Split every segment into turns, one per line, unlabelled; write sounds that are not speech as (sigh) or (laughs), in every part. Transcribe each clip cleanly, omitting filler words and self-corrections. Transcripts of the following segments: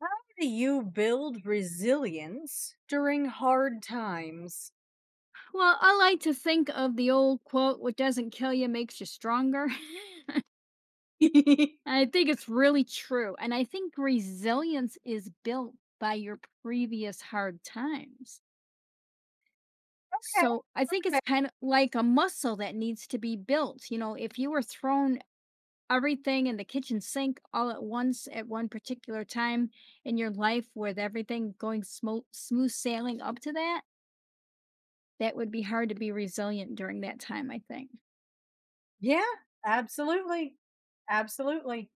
How do you build resilience during hard times?
Well, I like to think of the old quote, what doesn't kill you makes you stronger. (laughs) I think it's really true. And I think resilience is built by your previous hard times.
Okay,
So I think
okay.
it's kind of like a muscle that needs to be built. You know, if you were thrown everything in the kitchen sink all at once at one particular time in your life with everything going smooth sailing up to that, that would be hard to be resilient during that time, I think.
Yeah, absolutely. Absolutely.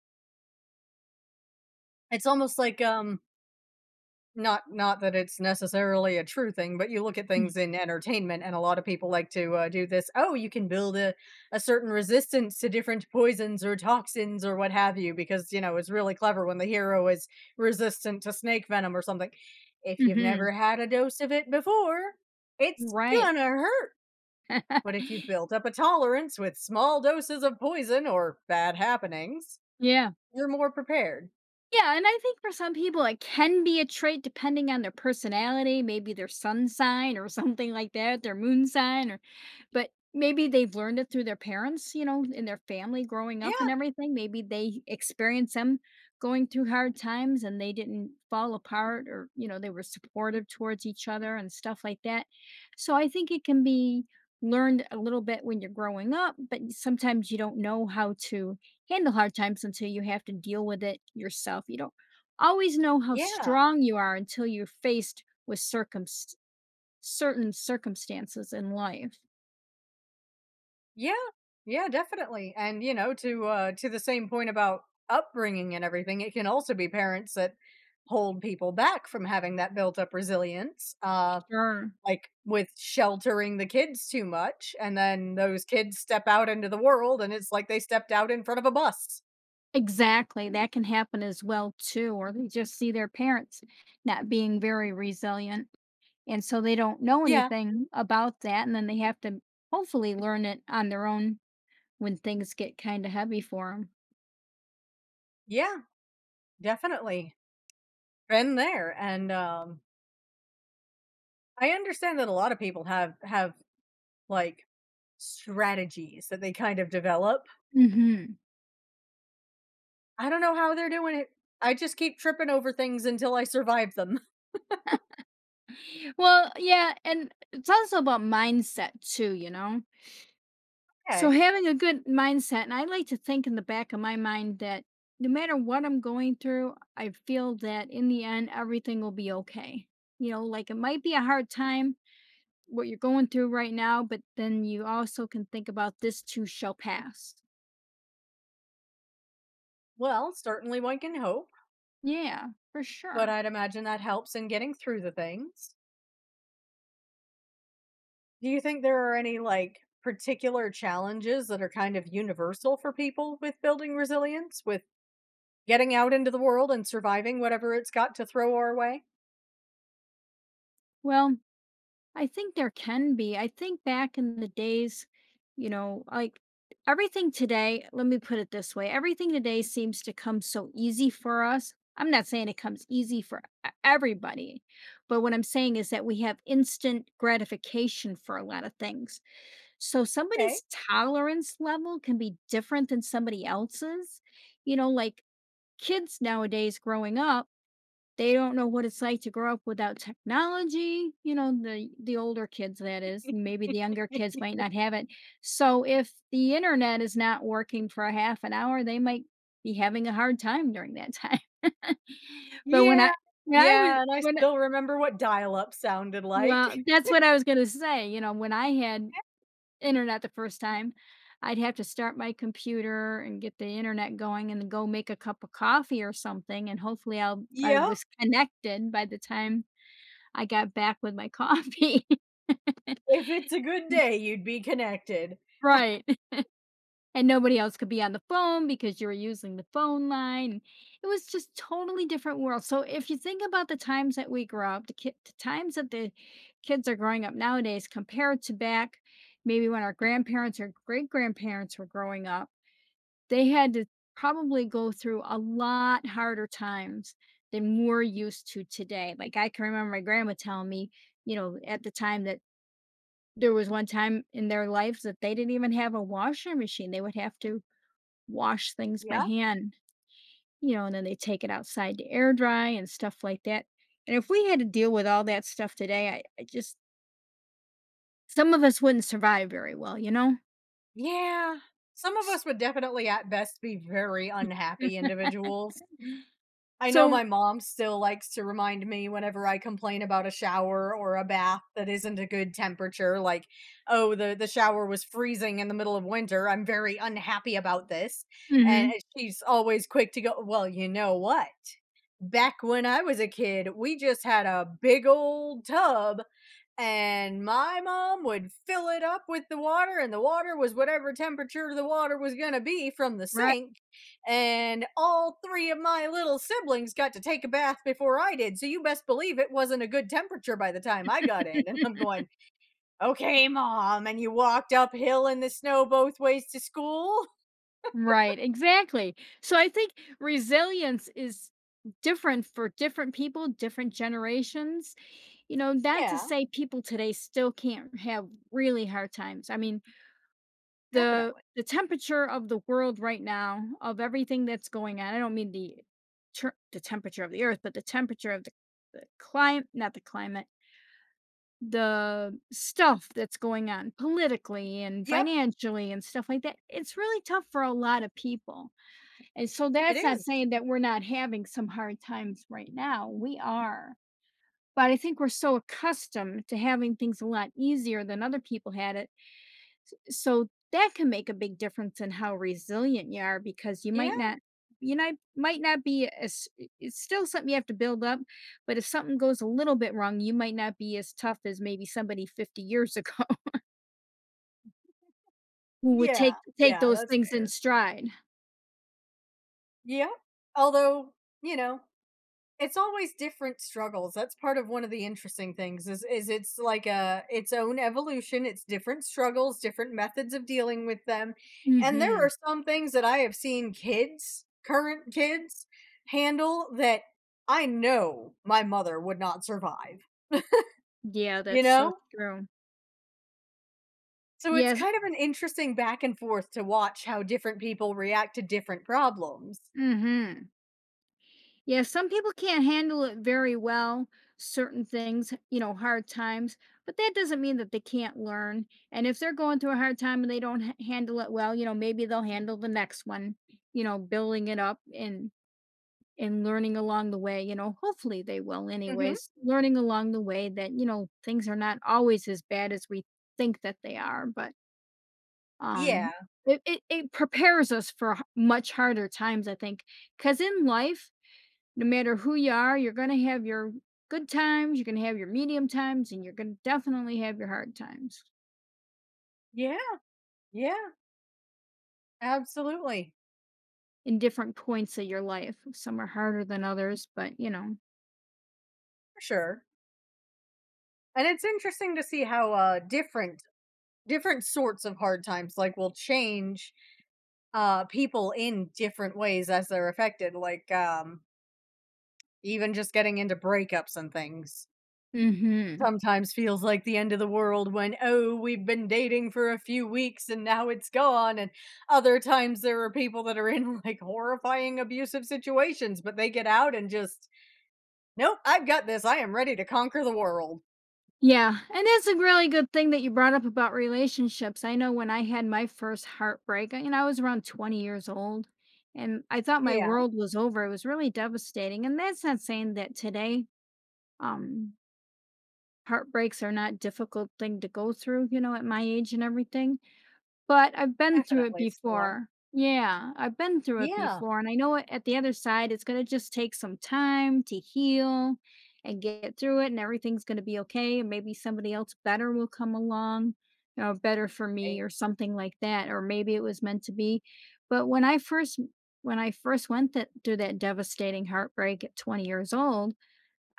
It's almost like not that it's necessarily a true thing, but you look at things in entertainment and a lot of people like to do this. Oh, you can build a certain resistance to different poisons or toxins or what have you because, you know, it's really clever when the hero is resistant to snake venom or something. If you've
Hmm.
never had a dose of it before, it's
Right.
gonna hurt. But if
(laughs)
you've built up a tolerance with small doses of poison or bad happenings,
Yeah.
you're more prepared.
Yeah, and I think for some people it can be a trait depending on their personality, maybe their sun sign or (laughs) something like that, their moon sign or but maybe they've learned it through their parents, you know, in their family growing up and
Yeah,
everything. Maybe they experienced them going through hard times and they didn't fall apart or, you know, they were supportive towards each other and stuff like that. So I think it can be learned a little bit when you're growing up, but sometimes you don't know how to handle hard times until you have to deal with it yourself. You don't always know how
yeah,
strong you are until you're faced with certain circumstances in life.
yeah, yeah, definitely. And you know, to the same point about upbringing and everything, it can also be parents that hold people back from having that built up resilience.
Sure.
Like with sheltering the kids too much, and then those kids step out into the world, and it's like they stepped out in front of a bus.
Exactly. That can happen as well, too. Or they just see their parents not being very resilient. And so they don't know
Yeah,
anything about that. And then they have to hopefully learn it on their own when things get kind of heavy for
yeah, definitely been there, and I understand that a lot of people have, like, strategies that they kind of develop.
them. Hmm.
I don't know how they're doing it. I just keep tripping over things until I survive them. (laughs)
Well, yeah. And it's also about mindset, too, you know? So
Okay.
having a good mindset, and I like to think in the back of my mind that no matter what I'm going through, I feel that in the end, everything will be okay. You know, like it might be a hard time what you're going through right now, but then you also can think about this too shall pass.
Well, certainly one can hope,
Yeah, for
but
sure.
I'd imagine that helps in getting through the things. Do you think there are any, like, particular challenges that are kind of universal for people with building resilience, with getting out into the world and surviving whatever it's got to throw our way?
Well, I think there can be. I think back in the days, you know, like everything today, let me put it this way everything today seems to come so easy for us. I'm not saying it comes easy for everybody, but what I'm saying is that we have instant gratification for a lot of things. So
Okay.
somebody's tolerance level can be different than somebody else's. You know, like kids nowadays growing up they don't know what it's like to grow up without technology, you know, the older kids that is, maybe the younger kids might not have it. So if the internet is not working for a half an hour, they might be having a hard time during that time. (laughs) But when
Yeah,
I when I was
yeah, and I
when I
still remember what dial-up sounded
well,
like. (laughs)
that's what I was gonna say, you know, when I had internet the first time, I'd have to start my computer and get the internet going and then go make a cup of coffee or something, and hopefully I
Yep,
was connected by the time I got back with my coffee. (laughs)
if it's a good day, you'd be connected.
Right, and nobody else could be on the phone because you were using the phone line. It was just totally different world. So if you think about the times that we grew up, the times that the kids are growing up nowadays compared to back maybe when our grandparents or great-grandparents were growing up, they had to probably go through a lot harder times than we're used to today. Like, I can remember my grandma telling me, you know, at the time that there was one time in their lives that they didn't even have a washer machine, they would have to wash things by
Yep.
hand, you know, and then they take it outside to air dry and stuff like that, and if we had to deal with all that stuff today, I just some of us wouldn't survive very well, you know?
Yeah, some of
S
us would definitely at best be very unhappy
mm,
individuals. I know
so.
my mom still likes to remind me whenever I complain about a shower or a bath that isn't a good temperature, like, "Oh, the shower was freezing in the middle of winter, I'm very unhappy about this," and
Mhm,
and she's always quick to go, "Well, you know what? Back when I was a kid, we just had a big old tub, and my mom would fill it up with the water, and the water was whatever temperature the water was going to be from the
right,
sink. And all three of my little siblings got to take a bath before I did. So you best believe it wasn't a good temperature by the time I got in." And I'm going, okay, mom. And you walked uphill in the snow both ways to school.
right, exactly, so I think resilience is different for different people, different generations, you know, not to
Yeah,
say people today still can't have really hard times, I mean, the
definitely.
the temperature of the world right now, of everything that's going on. I don't mean the the temperature of the earth, but the temperature of the climate, not the climate, the stuff that's going on politically and
Yep,
financially and stuff like that. It's really tough for a lot of people. And so
it
that's not
is.
saying that we're not having some hard times right now. We are. But I think we're so accustomed to having things a lot easier than other people had it so that can make a big difference in how resilient you are because you might
Yeah,
not you know, might not be as it's still something you have to build up, but if something goes a little bit wrong, you might not be as tough as maybe somebody 50 years ago (laughs) who would
yeah,
take
yeah,
those
that's
things in
fair.
stride.
Yeah, although, you know, it's always different struggles. That's part of one of the interesting things is it's like a its own evolution, it's different struggles, different methods of dealing with them. And there are
Mhm.
some things that I have seen kids, current kids, handle that I know my mother would not survive. (laughs)
Yeah,
You
that's so
know?
true.
So it's
Yes.
kind of an interesting back and forth to watch how different people react to different problems.
Mhm. Yeah, some people can't handle it very well, certain things, you know, hard times, but that doesn't mean that they can't learn. And if they're going through a hard time and they don't handle it well, you know, maybe they'll handle the next one, you know, building it up and learning along the way, you know, hopefully they will
Mhm.
anyways, learning along the way that, you know, things are not always as bad as we think that they are, but um
Yeah.
it prepares us for much harder times, I think. Because in life, no matter who you are, you're going to have your good times, you're going to have your medium times, and you're going to definitely have your hard times
Yeah. Yeah. Absolutely.
in different points of your life. Some are harder than others, but you know.
For sure. And it's interesting to see how different different sorts of hard times like will change people in different ways as they're affected. Like even just getting into breakups and things
Mhm.
sometimes feels like the end of the world when, oh, we've been dating for a few weeks and now it's gone. And other times there are people that are in (laughs) like horrifying abusive situations, but they get out and just, nope, I've got this, I am ready to conquer the world.
Yeah, and that's a really good thing that you brought up about relationships. I know when I had my first heartbreak, you know, I was around 20 years old and I thought my
Yeah.
world was over. It was really devastating. And that's not saying that today um heartbreaks are not difficult thing to go through, you know, at my age and everything but I've been through it
Definitely still are.
before. Yeah, I've been through it
Yeah.
before, and I know it at the other side, it's gonna just take some time to heal and get through it, and everything's gonna be okay, and maybe somebody else better will come along, you know, better for me
Right.
or something like that, or maybe it was meant to be. But when I first went that through that devastating heartbreak at 20 years old,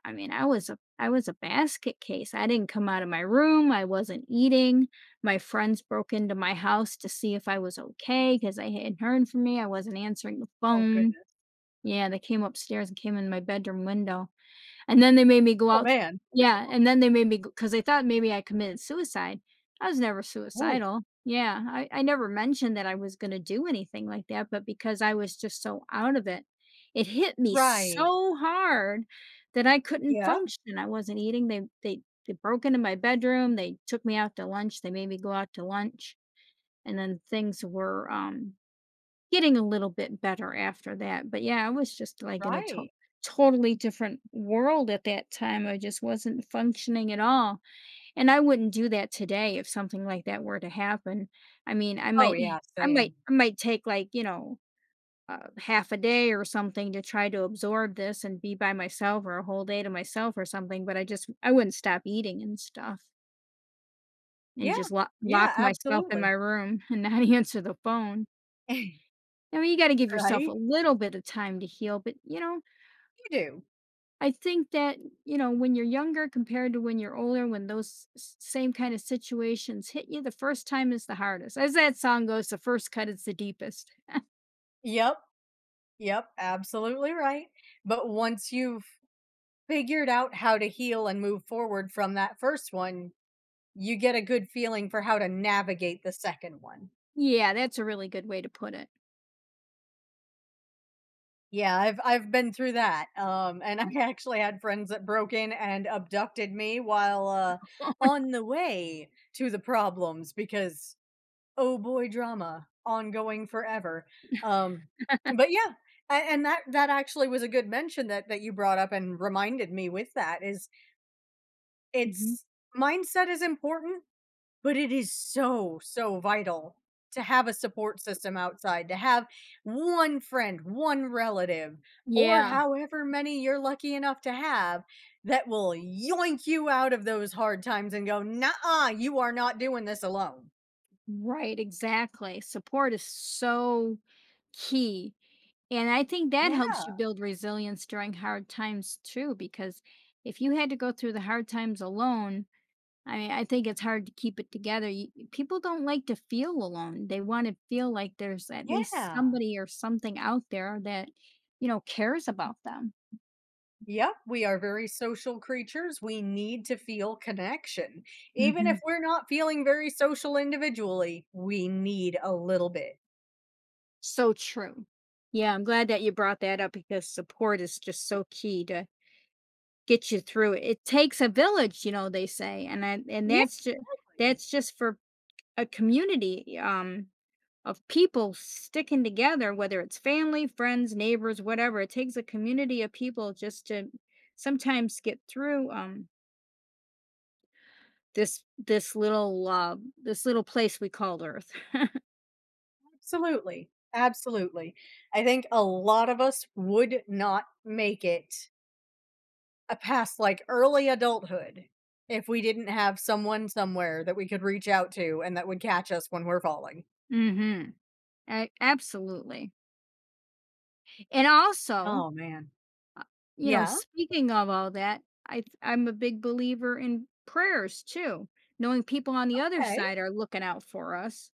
I mean, I was a basket case. I didn't come out of my room. I wasn't eating. My friends broke into my house to see if I was okay because I hadn't heard from me. I wasn't answering the
Oh,
phone.
goodness.
Yeah, they came upstairs and came in my bedroom window. And then they made me go
Oh,
out
man.
yeah, and then they made me because they thought maybe I committed suicide. I was never
Woo.
suicidal. Yeah, I never mentioned that I was gonna do anything like that, but because I was just so out of it, it hit me
Right.
so hard that I couldn't
Yeah.
function. I wasn't eating. They broke into my bedroom, they took me out to lunch, they made me go out to lunch, and then things were, getting a little bit better after that, but yeah, I was just, like, in a to
Right.
totally different world at that time, I just wasn't functioning at all, and I wouldn't do that today if something like that were to happen. I mean, I
Oh,
might
yeah,
(laughs) I might
same.
I might take, like, you know, half a day or something to try to absorb this and be by myself or a whole day to myself or something, but I wouldn't stop eating and stuff and
Yeah.
just lock
Yeah,
lock myself in
absolutely.
my room and not (laughs) answer the phone.
(laughs) Right.
I mean, you gotta give
You.
yourself a
Right?
little bit of time to heal, but, you know,
Do.
I think that, you know, when you're younger compared to when you're older, when those s same kind of situations hit you, the first time is the hardest. As that song goes, "The first cut is the deepest." (laughs)
Yep. Yep. Absolutely right. But once you've figured out how to heal and move forward from that first one, you get a good feeling for how to navigate the second one.
Yeah, that's a really good way to put it.
Yeah, I've been through that, and (laughs) I actually had friends that broke in and abducted me while, on the way to the problems because, oh boy, drama ongoing forever, um, but yeah, a and that actually was a good mention that you brought up and reminded me with that is
Mhm.
it's mindset is important, but it is so, so vital to have a support system outside, to have one friend, one relative, or
Yeah.
however many you're lucky enough to have that will yoink you out of those hard times and go, nah, you are not doing this alone.
Right, exactly. Support is so key, and I think that
Yeah,
helps you build resilience during hard times too, because if you had to go through the hard times alone I mean, I think it's hard to keep it together. You, people don't like to feel alone. They want to feel like there's at least
yeah.
somebody or something out there that, you know, cares about them.
Yep, we are very social creatures. We need to feel connection. Even if
Hmm.
we're not feeling very social individually, we need a little bit.
So true. Yeah, I'm glad that you brought that up because support is just so key to get you through it. It takes a village, you know, they say, and
Yeah.
that's just for a community. Of people sticking together, whether it's family, friends, neighbors, whatever. It takes a community of people just to sometimes get through this little this little place we called Earth. (laughs)
Absolutely, absolutely. I think a lot of us would not make it, a past, like, early adulthood if we didn't have someone somewhere that we could reach out to and that would catch us when we're falling.
Mhm. Absolutely. And also,
Oh, man.
uh, you know,
Yeah,
speaking of all that, I'm a big believer in prayers too. Knowing people on the other
okay,
side are looking out for us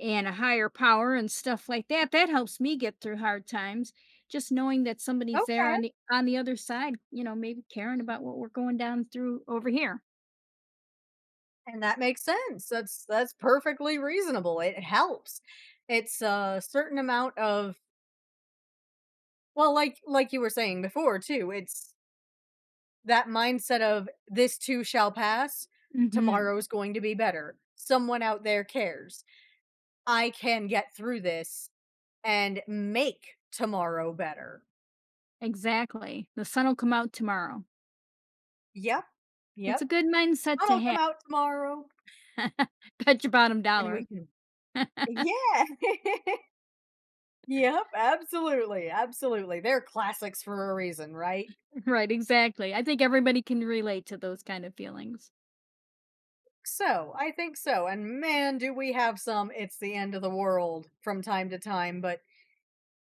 and a higher power and stuff like that. That helps me get through hard times. Just knowing that somebody's there
okay,
on the other side, you know, maybe caring about what we're going down through over here.
and that makes sense. That's perfectly reasonable. It helps. It's a certain amount of, well, like you were saying before too, it's that mindset of, this too shall pass,
Hmm.
tomorrow's going to be better. Someone out there cares. I can get through this and make tomorrow better.
Exactly. The sun will come out tomorrow.
Yep.
It's a
Yep.
good
The
mindset to
sun'll come
have.
out tomorrow
(laughs) Bet your bottom
and we
dollar. (laughs)
can. Yeah. (laughs) Yep, absolutely, absolutely. They're classics for a reason, right?
Right, exactly. I think everybody can relate to those kind of feelings.
So, I think so, and man, do we have some, it's the end of the world from time to time, but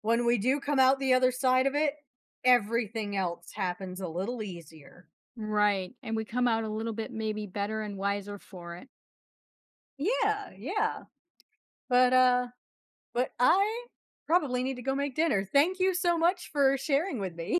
when we do come out the other side of it, everything else happens a little easier.
Right. And we come out a little bit maybe better and wiser for it.
Yeah, yeah. But uh but I probably need to go make dinner. Thank you so much for sharing with me.